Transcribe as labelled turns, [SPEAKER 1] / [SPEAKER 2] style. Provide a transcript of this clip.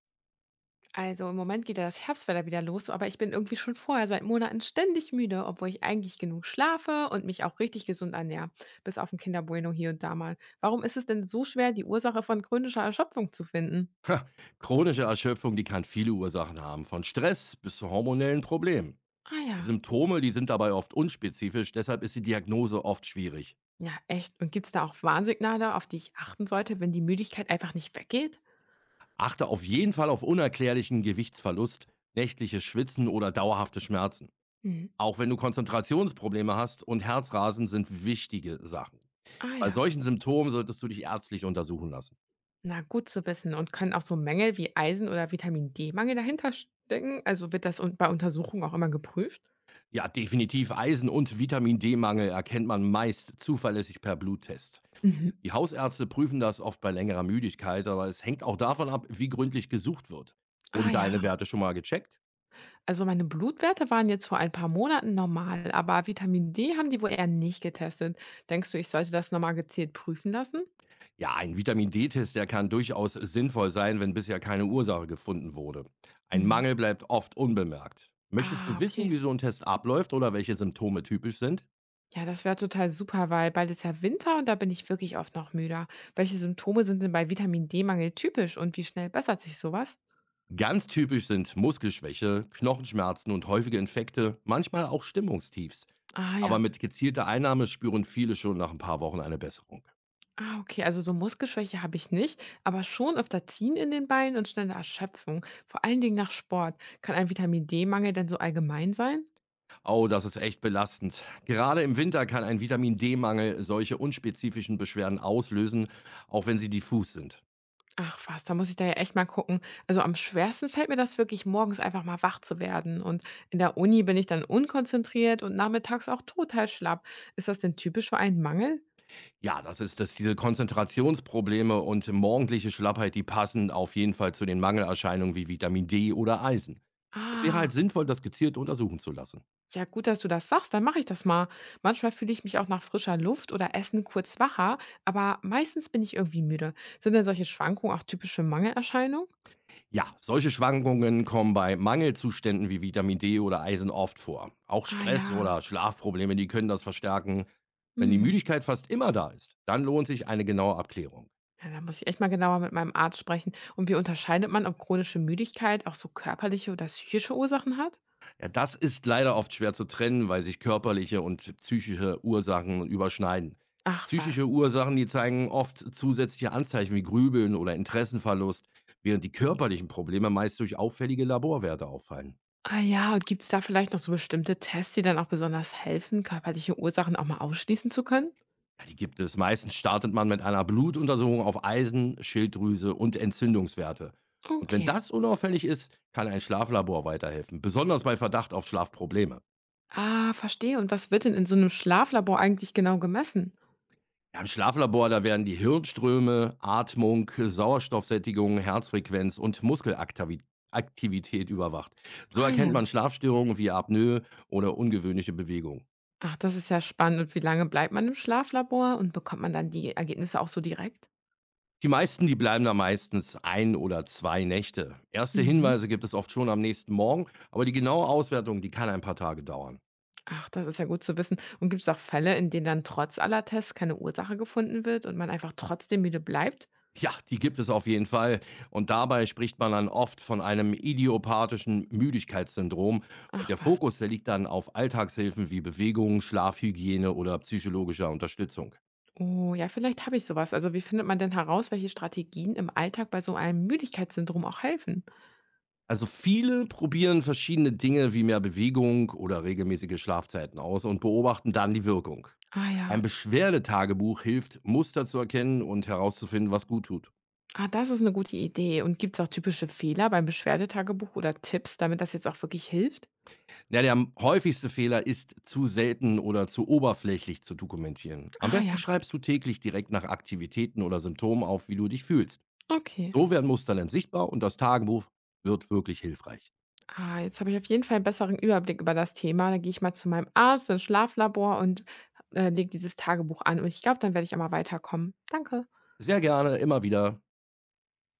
[SPEAKER 1] Also im Moment geht ja das Herbstwetter wieder los, aber ich bin irgendwie schon vorher seit Monaten ständig müde, obwohl ich eigentlich genug schlafe und mich auch richtig gesund ernähre, bis auf ein Kinderbueno hier und da mal. Warum ist es denn so schwer, die Ursache von chronischer Erschöpfung zu finden?
[SPEAKER 2] Ha, chronische Erschöpfung, die kann viele Ursachen haben, von Stress bis zu hormonellen Problemen.
[SPEAKER 1] Ah
[SPEAKER 2] Die
[SPEAKER 1] ja.
[SPEAKER 2] Symptome, die sind dabei oft unspezifisch, deshalb ist die Diagnose oft schwierig.
[SPEAKER 1] Ja, echt. Und gibt es da auch Warnsignale, auf die ich achten sollte, wenn die Müdigkeit einfach nicht weggeht?
[SPEAKER 2] Achte auf jeden Fall auf unerklärlichen Gewichtsverlust, nächtliches Schwitzen oder dauerhafte Schmerzen.
[SPEAKER 1] Hm.
[SPEAKER 2] Auch wenn du Konzentrationsprobleme hast und Herzrasen sind wichtige Sachen.
[SPEAKER 1] Ah
[SPEAKER 2] Bei
[SPEAKER 1] ja.
[SPEAKER 2] solchen Symptomen solltest du dich ärztlich untersuchen lassen.
[SPEAKER 1] Na, gut zu wissen. Und können auch so Mängel wie Eisen- oder Vitamin D-Mangel dahinter stecken? Also wird bei Untersuchungen auch immer geprüft?
[SPEAKER 2] Ja, definitiv Eisen- und Vitamin-D-Mangel erkennt man meist zuverlässig per Bluttest.
[SPEAKER 1] Mhm.
[SPEAKER 2] Die Hausärzte prüfen das oft bei längerer Müdigkeit, aber es hängt auch davon ab, wie gründlich gesucht wird.
[SPEAKER 1] Ah
[SPEAKER 2] Wurden deine
[SPEAKER 1] ja.
[SPEAKER 2] Werte schon mal gecheckt?
[SPEAKER 1] Also meine Blutwerte waren jetzt vor ein paar Monaten normal, aber Vitamin D haben die wohl eher nicht getestet. Denkst du, ich sollte das nochmal gezielt prüfen lassen?
[SPEAKER 2] Ja, ein Vitamin-D-Test, der kann durchaus sinnvoll sein, wenn bisher keine Ursache gefunden wurde. Ein
[SPEAKER 1] Mhm.
[SPEAKER 2] Mangel bleibt oft unbemerkt. Möchtest
[SPEAKER 1] Ah,
[SPEAKER 2] du wissen,
[SPEAKER 1] okay.
[SPEAKER 2] wie so ein Test abläuft oder welche Symptome typisch sind?
[SPEAKER 1] Ja, das wäre total super, weil bald ist ja Winter und da bin ich wirklich oft noch müder. Welche Symptome sind denn bei Vitamin D-Mangel typisch und wie schnell bessert sich sowas?
[SPEAKER 2] Ganz typisch sind Muskelschwäche, Knochenschmerzen und häufige Infekte, manchmal auch Stimmungstiefs.
[SPEAKER 1] Ah
[SPEAKER 2] Aber
[SPEAKER 1] ja.
[SPEAKER 2] mit gezielter Einnahme spüren viele schon nach ein paar Wochen eine Besserung.
[SPEAKER 1] Ah, okay, also so Muskelschwäche habe ich nicht, aber schon öfter Ziehen in den Beinen und schnelle Erschöpfung, vor allen Dingen nach Sport. Kann ein Vitamin D-Mangel denn so allgemein sein?
[SPEAKER 2] Oh, das ist echt belastend. Gerade im Winter kann ein Vitamin-D-Mangel solche unspezifischen Beschwerden auslösen, auch wenn sie diffus sind.
[SPEAKER 1] Ach was, da muss ich da ja echt mal gucken. Also am schwersten fällt mir das wirklich, morgens einfach mal wach zu werden. Und in der Uni bin ich dann unkonzentriert und nachmittags auch total schlapp. Ist das denn typisch für einen Mangel?
[SPEAKER 2] Ja, das ist das, diese Konzentrationsprobleme und morgendliche Schlappheit, die passen auf jeden Fall zu den Mangelerscheinungen wie Vitamin D oder Eisen. Es wäre halt
[SPEAKER 1] Ah,
[SPEAKER 2] sinnvoll, das gezielt untersuchen zu lassen.
[SPEAKER 1] ja gut, dass du das sagst, dann mache ich das mal. Manchmal fühle ich mich auch nach frischer Luft oder Essen kurz wacher, aber meistens bin ich irgendwie müde. Sind denn solche Schwankungen auch typische Mangelerscheinungen?
[SPEAKER 2] Ja, solche Schwankungen kommen bei Mangelzuständen wie Vitamin D oder Eisen oft vor. Auch
[SPEAKER 1] Ah ja.
[SPEAKER 2] Stress oder Schlafprobleme, die können das verstärken. Wenn die
[SPEAKER 1] Hm.
[SPEAKER 2] Müdigkeit fast immer da ist, dann lohnt sich eine genaue Abklärung.
[SPEAKER 1] Ja, da muss ich echt mal genauer mit meinem Arzt sprechen. Und wie unterscheidet man, ob chronische Müdigkeit auch so körperliche oder psychische Ursachen hat?
[SPEAKER 2] Ja, das ist leider oft schwer zu trennen, weil sich körperliche und psychische Ursachen überschneiden.
[SPEAKER 1] Ach was.
[SPEAKER 2] Psychische Ursachen, die zeigen oft zusätzliche Anzeichen wie Grübeln oder Interessenverlust, während die körperlichen Probleme meist durch auffällige Laborwerte auffallen.
[SPEAKER 1] Ah ja, und gibt es da vielleicht noch so bestimmte Tests, die dann auch besonders helfen, körperliche Ursachen auch mal ausschließen zu können?
[SPEAKER 2] Ja, die gibt es. Meistens startet man mit einer Blutuntersuchung auf Eisen, Schilddrüse und Entzündungswerte. Und wenn
[SPEAKER 1] Okay.
[SPEAKER 2] das unauffällig ist, kann ein Schlaflabor weiterhelfen, besonders bei Verdacht auf Schlafprobleme.
[SPEAKER 1] Ah, verstehe. Und was wird denn in so einem Schlaflabor eigentlich genau gemessen?
[SPEAKER 2] Ja, im Schlaflabor, da werden die Hirnströme, Atmung, Sauerstoffsättigung, Herzfrequenz und Muskelaktivität überwacht. So
[SPEAKER 1] Ah ja.
[SPEAKER 2] erkennt man Schlafstörungen wie Apnoe oder ungewöhnliche Bewegung.
[SPEAKER 1] Ach, das ist ja spannend. Und wie lange bleibt man im Schlaflabor und bekommt man dann die Ergebnisse auch so direkt?
[SPEAKER 2] Die meisten, die bleiben da meistens ein oder zwei Nächte. Erste
[SPEAKER 1] Mhm.
[SPEAKER 2] Hinweise gibt es oft schon am nächsten Morgen, aber die genaue Auswertung, die kann ein paar Tage dauern.
[SPEAKER 1] Ach, das ist ja gut zu wissen. Und gibt es auch Fälle, in denen dann trotz aller Tests keine Ursache gefunden wird und man einfach trotzdem müde bleibt?
[SPEAKER 2] Ja, die gibt es auf jeden Fall. Und dabei spricht man dann oft von einem idiopathischen Müdigkeitssyndrom. Und
[SPEAKER 1] Ach
[SPEAKER 2] der
[SPEAKER 1] was.
[SPEAKER 2] Fokus, der liegt dann auf Alltagshilfen wie Bewegung, Schlafhygiene oder psychologischer Unterstützung.
[SPEAKER 1] Oh, ja, vielleicht habe ich so was. Also, wie findet man denn heraus, welche Strategien im Alltag bei so einem Müdigkeitssyndrom auch helfen?
[SPEAKER 2] Also viele probieren verschiedene Dinge wie mehr Bewegung oder regelmäßige Schlafzeiten aus und beobachten dann die Wirkung.
[SPEAKER 1] Ah
[SPEAKER 2] Ein
[SPEAKER 1] ja,
[SPEAKER 2] Beschwerdetagebuch hilft, Muster zu erkennen und herauszufinden, was gut tut.
[SPEAKER 1] ah, das ist eine gute Idee. Und gibt es auch typische Fehler beim Beschwerdetagebuch oder Tipps, damit das jetzt auch wirklich hilft?
[SPEAKER 2] Ja, der m häufigste Fehler ist, zu selten oder zu oberflächlich zu dokumentieren. Am
[SPEAKER 1] Ah ja,
[SPEAKER 2] besten schreibst du täglich direkt nach Aktivitäten oder Symptomen auf, wie du dich fühlst.
[SPEAKER 1] okay.
[SPEAKER 2] So werden Muster dann sichtbar und das Tagebuch wird wirklich hilfreich.
[SPEAKER 1] Ah, jetzt habe ich auf jeden Fall einen besseren Überblick über das Thema. Dann gehe ich mal zu meinem Arzt ins Schlaflabor und, lege dieses Tagebuch an. Und ich glaube, dann werde ich auch mal weiterkommen. Danke.
[SPEAKER 2] Sehr gerne, immer wieder.